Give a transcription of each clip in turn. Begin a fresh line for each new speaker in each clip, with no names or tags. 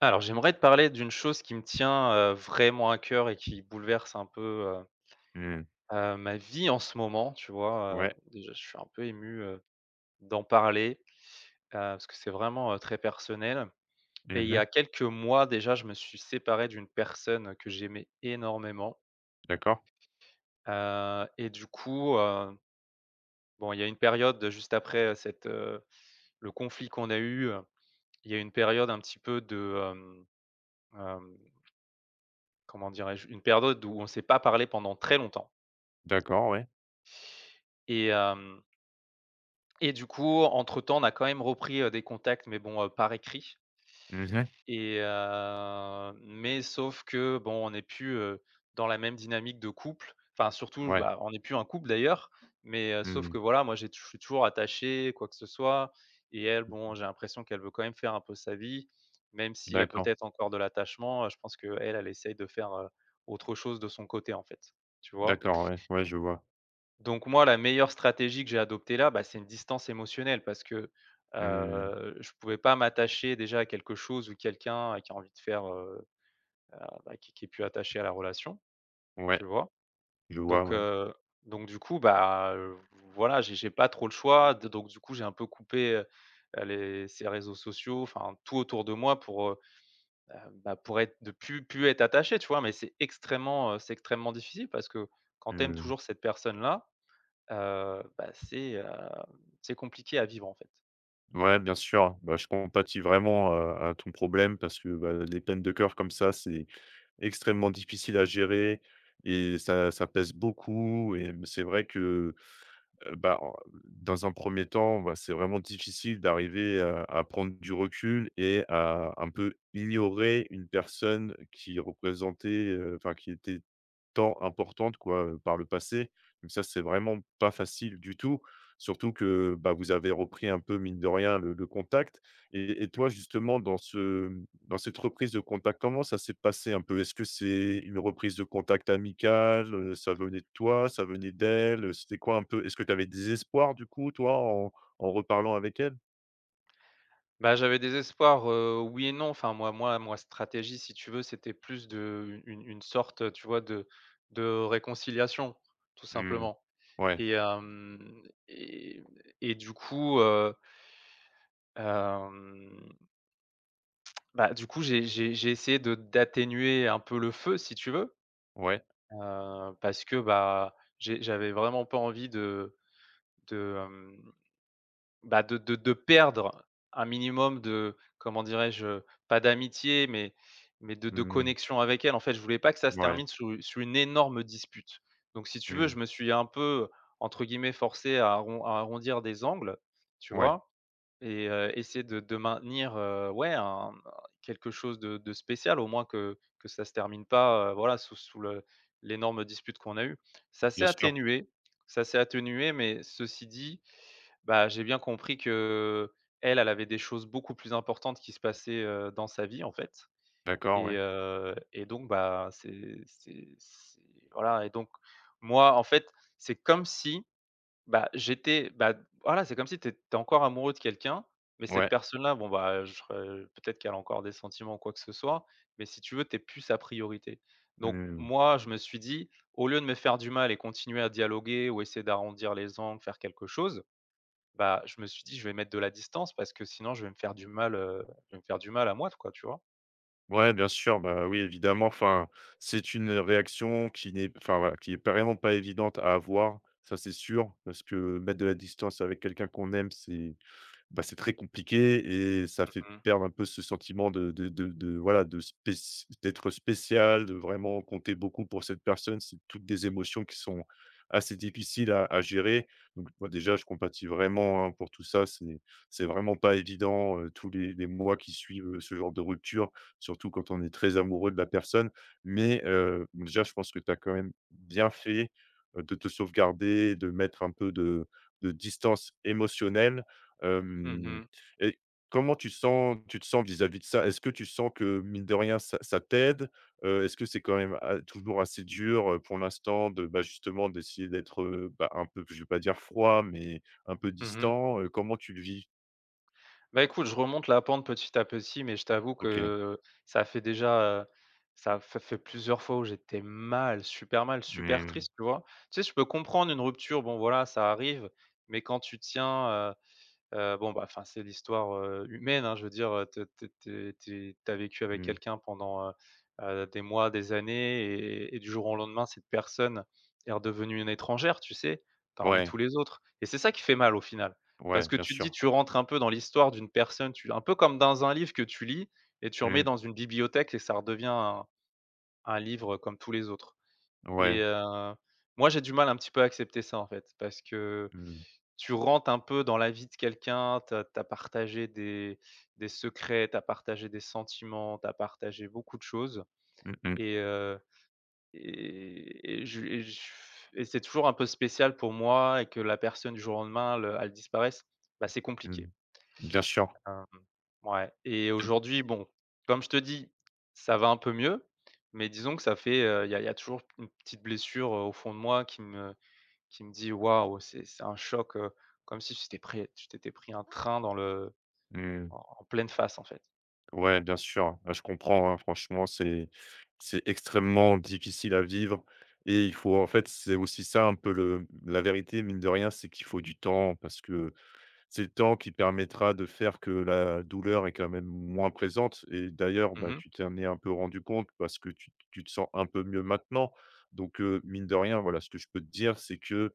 Alors, j'aimerais te parler d'une chose qui me tient, vraiment à cœur et qui bouleverse un peu,
Mmh.
ma vie en ce moment, tu vois?
Ouais.
Déjà, je suis un peu ému, d'en parler, parce que c'est vraiment, très personnel et
Mmh
il y
mh.
a quelques mois déjà, je me suis séparé d'une personne que j'aimais énormément,
D'accord.
et du coup, bon, il y a une juste après, le conflit qu'on a eu, il y a une période un petit peu de, hem, comment dirais-je? Une période où on ne s'est pas parlé pendant très longtemps.
D'accord, ouais.
Et hem et du coup, entre-temps, on a quand même repris, des contacts, mais bon, par écrit
Mmh mh.
et mais sauf que, bon, on n'est plus, dans la même dynamique de couple. Enfin, surtout,
Ouais.
bah, on n'est plus un couple d'ailleurs, mais sauf
Mmh.
que voilà, moi, j'ai tou je suis toujours attaché, quoi que ce soit et elle, bon, j'ai l'impression qu'elle veut quand même faire un peu sa vie, même s'il y a
D'accord.
peut-être encore de l'attachement, je pense qu'elle, elle essaye de faire, autre chose de son côté, en fait, tu vois?
D'accord, ouais. Ouais, je vois.
Donc moi, la meilleure stratégie que j'ai adoptée là, bah, c'est une distance émotionnelle parce que,
Mmh.
je pouvais pas m'attacher déjà à quelque chose ou quelqu'un qui a envie de faire, qui est plus attaché à la relation,
Ouais,
tu vois?
je vois,
Donc
ouais.
heu, donc du coup, voilà, j'ai pas trop le choix de j'ai un peu coupé, les ces réseaux sociaux, enfin tout autour de moi pour, heu, bah, pour être de plus plus être attaché, tu vois? Mais c'est extrêmement difficile parce que quand tu aimes
Mmh.
toujours cette personne-là, bah, c'est compliqué à vivre, en fait.
Ouais, bien sûr. Bah, je compatis vraiment à ton problème parce que, bah, les peines de cœur comme ça, c'est extrêmement difficile à gérer et ça pèse beaucoup et c'est vrai que bah, en dans un premier temps, bah, c'est vraiment difficile d'arriver à prendre du recul et à un peu ignorer une personne qui représentait, enfin qui était tant importante, quoi, par le passé. Donc ça, c'est vraiment pas facile du tout, surtout que, bah, vous avez repris un peu, mine de rien, le contact et toi, justement, dans cette reprise de contact, comment ça s'est passé un peu? Est-ce que c'est une reprise de contact amicale, ça venait de toi, ça venait d'elle, c'était quoi un peu? Est-ce que tu avais des espoirs, du coup, toi, en reparlant avec elle?
Bah, j'avais des espoirs, oui et non. Enfin, moi stratégie, si tu veux, c'était plus de une sorte, tu vois, de réconciliation, tout
Mmh.
simplement
Ouais,
et hem et et du coup, heu, hem, bah, du coup, j'ai essayé de d'atténuer un peu le feu, si tu veux,
ouais.
parce que, bah, j'avais vraiment pas envie de, bah, de perdre un minimum de, comment dirais-je? Pas d'amitié, mais de
Mmh.
connexion avec elle. En fait, je voulais pas que ça se
Ouais.
termine sous sous une énorme dispute. Donc si tu veux, je
Mmh.
me suis un peu, entre guillemets «forcé» à arrondir des angles, tu
Ouais.
vois? Et essayer de maintenir, ouais, un quelque chose de spécial, au moins que ça se termine pas, voilà, sous sous le l'énorme dispute qu'on a eue. Ça s'est
Bien sûr.
atténué ça s'est atténué, mais ceci dit, bah, j'ai bien compris que elle avait des choses beaucoup plus importantes qui se passaient, dans sa vie, en fait
D'accord, ouais.
et donc bah, c'est voilà et donc moi, en fait, c'est comme si bah, j'étais bah, voilà, c'est comme si tu é encore amoureux de quelqu'un, mais cette
Ouais.
personne-là, bon, bah, je re peut-être qu'elle a encore des sentiments ou quoi que ce soit, mais si tu veux, t'es plus sa priorité. Donc
Mmh.
moi, je me suis dit: «Au lieu de me faire du mal et continuer à dialoguer ou essayer d'arrondir les angles, faire quelque chose», bah, je me suis dit: «Je vais mettre de la distance parce que sinon je vais me faire du mal, je vais me faire du mal à moi, quoi», tu vois?
Ouais, bien sûr, bah, oui, évidemment. Enfin, c'est une réaction qui n'est, enfin voilà, qui est vraiment pas évidente à avoir, ça c'est sûr, parce que mettre de la distance avec quelqu'un qu'on aime, c'est très compliqué et ça fait
Mmh mh.
perdre un peu ce sentiment de voilà, de spéc d'être spécial, de vraiment compter beaucoup pour cette personne. C'est toutes des émotions qui sont assez difficiles à gérer. Donc moi, déjà, je compatis vraiment, hein, pour tout ça. C'est vraiment pas évident, tous les mois qui suivent, ce genre de rupture, surtout quand on est très amoureux de la personne. Mais déjà, je pense que tu as quand même bien fait, de te sauvegarder, de mettre un peu de distance émotionnelle. Hem
Mmh.
et comment tu te sens vis-à-vis de ça? Est-ce que tu sens que, mine de rien, ça t'aide? Est-ce que c'est quand même a toujours assez dur, pour l'instant de, bah, justement d'essayer d'être, bah, un peu, je vais pas dire froid, mais un peu
Mmh.
distant? Comment tu le vis?
Bah, écoute, je remonte la pente petit à petit, mais je t'avoue
OK.
que ça fait déjà, ça f fait plusieurs fois où j'étais mal, super
Mmh,
triste, tu vois? Tu sais, je peux comprendre une rupture, bon voilà, ça arrive, mais quand tu tiens, bon, bah, enfin, c'est l'histoire, humaine, hein, je veux dire, tu as vécu avec
mmh.
quelqu'un pendant, des mois, des années et du jour au lendemain, cette personne est redevenue une étrangère, tu sais, parmi
Ouais,
tous les autres et c'est ça qui fait mal au final.
ouais,
Parce que
bien
tu te dis,
sûr.
tu rentres un peu dans l'histoire d'une personne, tu un peu comme dans un livre que tu lis et tu remets
Mmh,
dans une bibliothèque et ça redevient un livre comme tous les autres et
ouais.
moi, j'ai du mal un petit peu à accepter ça, en fait, parce que
Mmh.
tu rentres un peu dans la vie de quelqu'un, tu as partagé des secrets, tu as partagé des sentiments, tu as partagé beaucoup de choses
Mmh mh.
et heu et je et c'est toujours un peu spécial pour moi et que la personne du jour au lendemain, elle, elle disparaisse, bah, c'est compliqué.
Mmh. Bien sûr.
Hem, ouais et
Mmh.
aujourd'hui, bon, comme je te dis, ça va un peu mieux, mais disons que ça fait, il y a y a toujours une petite blessure, au fond de moi qui me dit: «Waouh, c'est un choc, comme si tu t'étais pris un train dans le
Mmh.
en pleine face, en fait».
Ouais, bien sûr, bah, je comprends, hein, franchement, c'est extrêmement difficile à vivre et il faut en fait, c'est aussi ça un peu le la vérité, mine de rien, c'est qu'il faut du temps parce que c'est le temps qui permettra de faire que la douleur est quand même moins présente et d'ailleurs,
Mmh
bah,
mh.
tu t'en es un peu rendu compte parce que tu te sens un peu mieux maintenant donc mine de rien, voilà, ce que je peux te dire, c'est que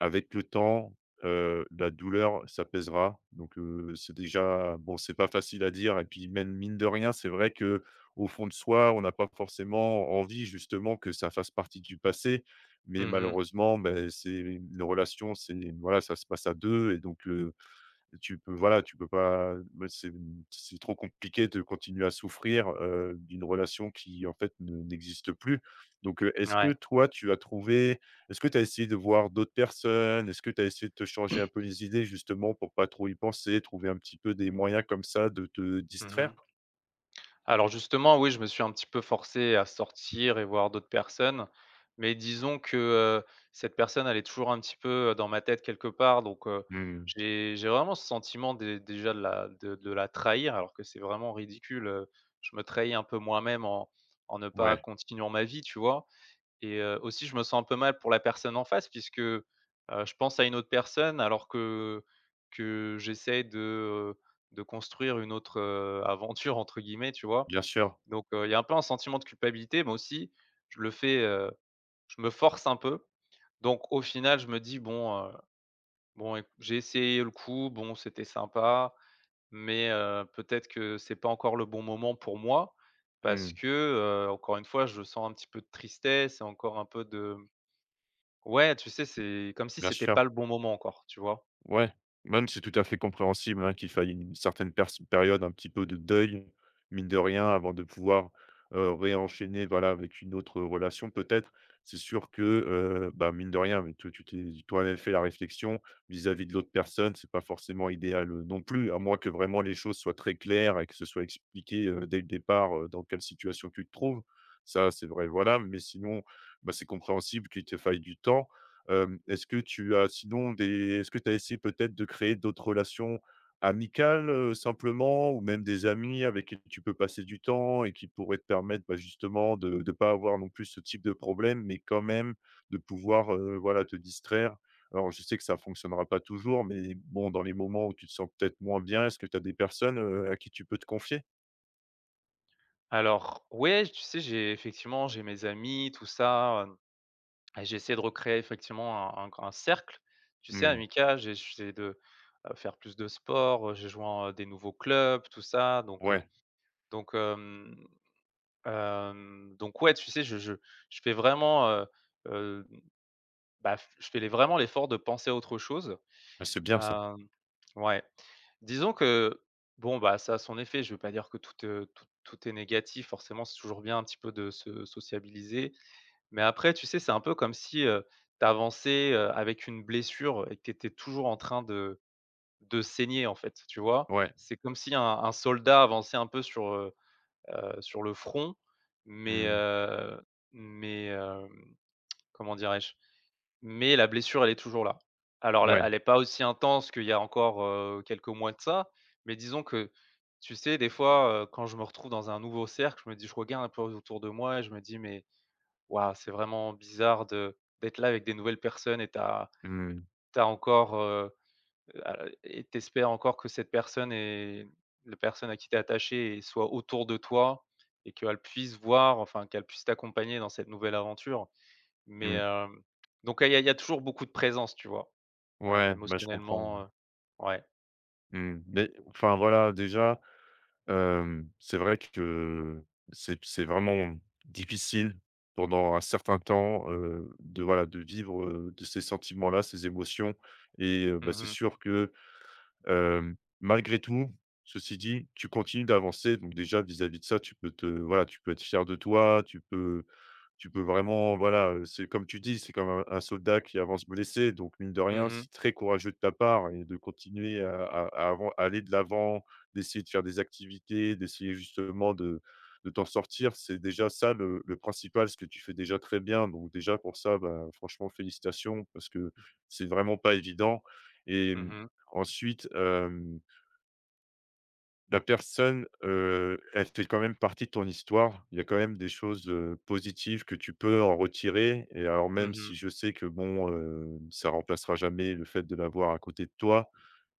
avec le temps, la douleur s'apaisera donc c'est déjà bon, c'est pas facile à dire et puis même mine de rien, c'est vrai que, au fond de soi, on n'a pas forcément envie justement que ça fasse partie du passé mais
Mmh.
malheureusement, ben, c'est une relation, c'est voilà, ça se passe à 2, et donc le. Tu peux voilà, tu peux pas me C'est trop compliqué de continuer à souffrir, d'une relation qui, en fait, ne n'existe plus. Donc,
Ouais.
est-ce que tu as essayé de voir d'autres personnes? Est-ce que tu as essayé de te changer un peu les idées, justement, pour pas trop y penser, trouver un petit peu des moyens comme ça de te distraire?
Mmh. Alors justement, oui, je me suis un petit peu forcé à sortir et voir d'autres personnes, mais disons que, cette personne, elle est toujours un petit peu, dans ma tête quelque part, donc
Mmh,
j'ai vraiment ce sentiment dé déjà de la trahir, alors que c'est vraiment ridicule, je me trahis un peu moi-même en en ne pas
ouais,
continuant ma vie, tu vois? Et aussi je me sens un peu mal pour la personne en face puisque, je pense à une autre personne alors que j'essaie de construire une autre, «aventure» entre guillemets, tu vois?
bien sûr.
Donc, il y a un peu un sentiment de culpabilité, mais aussi je le fais, je me force un peu. Donc au final, je me dis: «Bon, bon éc j'ai essayé le coup, bon c'était sympa, mais, peut-être que c'est pas encore le bon moment pour moi» parce
Mmh,
que, encore une fois, je sens un petit peu de tristesse et encore un peu de ouais, tu sais, c'est comme si
bien
c'était
sûr.
pas le bon moment encore, tu vois?
Ouais, même c'est tout à fait compréhensible, hein, qu'il faille une certaine pers période un petit peu de deuil, mine de rien, avant de pouvoir, réenchaîner, voilà, avec une autre relation peut-être. C'est sûr que, bah, mine de rien, mais toi tu t'es toi-même fait la réflexion, vis-à-vis de l'autre personne, c'est pas forcément idéal, non plus, à moins que vraiment les choses soient très claires et que ce soit expliqué, dès le départ, dans quelle situation tu te trouves. Ça, c'est vrai, voilà, mais sinon, bah, c'est compréhensible qu'il te faille du temps. Hem, est-ce que tu as sinon des est-ce que tu as essayé peut-être de créer d'autres relations amicales, simplement ou même des amis avec qui tu peux passer du temps et qui pourraient te permettre, bah, justement de ne pas avoir non plus ce type de problème, mais quand même de pouvoir, voilà, te distraire? Alors je sais que ça fonctionnera pas toujours, mais bon, dans les moments où tu te sens peut-être moins bien, est-ce que tu as des personnes, à qui tu peux te confier?
Alors, ouais, tu sais, j'ai mes amis, tout ça, et j'ai essayé de recréer effectivement un grand cercle. Tu sais,
Mmh.
amical, j'essaie de, faire plus de sport, j'ai joint, des nouveaux clubs, tout ça, donc
Ouais,
donc hem, donc ouais, tu sais, je fais vraiment, heu, bah, je fais les vraiment l'effort de penser à autre chose.
bah, c'est bien ça.
Hem, ouais. Disons que, bon, bah, ça a son effet. Je veux pas dire que tout, tout est négatif. Forcément, c'est toujours bien un petit peu de se sociabiliser. Mais après, tu sais, c'est un peu comme si, tu avançais, avec une blessure et que tu étais toujours en train de saigner, en fait, tu vois?
Ouais.
C'est comme si un soldat avançait un peu sur, sur le front, mais
Mmh.
heu mais hem, comment dirais-je? Mais la blessure, elle est toujours là. Alors là,
Ouais.
elle n'est pas aussi intense qu'il y a encore, quelques mois de ça, mais disons que, tu sais, des fois, quand je me retrouve dans un nouveau cercle, je me dis je regarde un peu autour de moi et je me dis: «Mais waouh, c'est vraiment bizarre de d'être là avec des nouvelles personnes» et
Mmh.
t'as encore, a et tu encore que cette personne est la personne à qui t'es attaché et soit autour de toi et qu'elle puisse voir, enfin, qu'elle puisse t'accompagner dans cette nouvelle aventure. Mais,
Mmh.
donc, il y a toujours beaucoup de présence, tu vois?
Ouais, bah, je comprends, ouais.
Émotionnellement, ouais.
Mmh, beh, enfin voilà, déjà, c'est vrai que c'est vraiment difficile pendant un certain temps, de voilà, de vivre, de ces sentiments-là, ces émotions et bah,
Mmh
c'est
mh.
sûr que, malgré tout, ceci dit, tu continues d'avancer donc déjà vis-à-vis de ça, tu peux être fier de toi, tu peux vraiment, voilà, c'est comme tu dis, c'est comme un soldat qui avance blessé, donc mine de rien,
Mmh
c'est
mh.
très courageux de ta part et de continuer à aller de l'avant, d'essayer de faire des activités, d'essayer justement de t'en sortir. C'est déjà ça le principal, ce que tu fais déjà très bien, donc déjà pour ça, bah, franchement félicitations parce que c'est vraiment pas évident et
Mmh mh.
ensuite, la personne, elle fait quand même partie de ton histoire. Il y a quand même des choses, positives que tu peux en retirer et alors même
Mmh.
si je sais que bon, ça remplacera jamais le fait de l'avoir à côté de toi,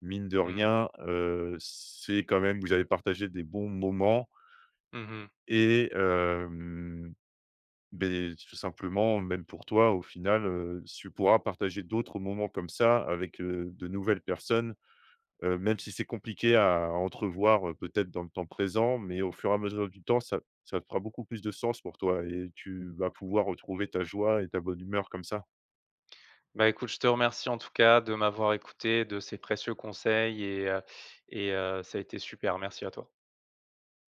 mine de
Mmh.
rien, c'est quand même vous avez partagé des bons moments
Mmh.
et beh, tout simplement, même pour toi, au final, tu pourras partager d'autres moments comme ça avec, de nouvelles personnes. Même si c'est compliqué à entrevoir, peut-être dans le temps présent, mais au fur et à mesure du temps, ça fera beaucoup plus de sens pour toi et tu vas pouvoir retrouver ta joie et ta bonne humeur comme ça.
Bah, écoute, je te remercie en tout cas de m'avoir écouté, de ces précieux conseils ça a été super. Merci à toi.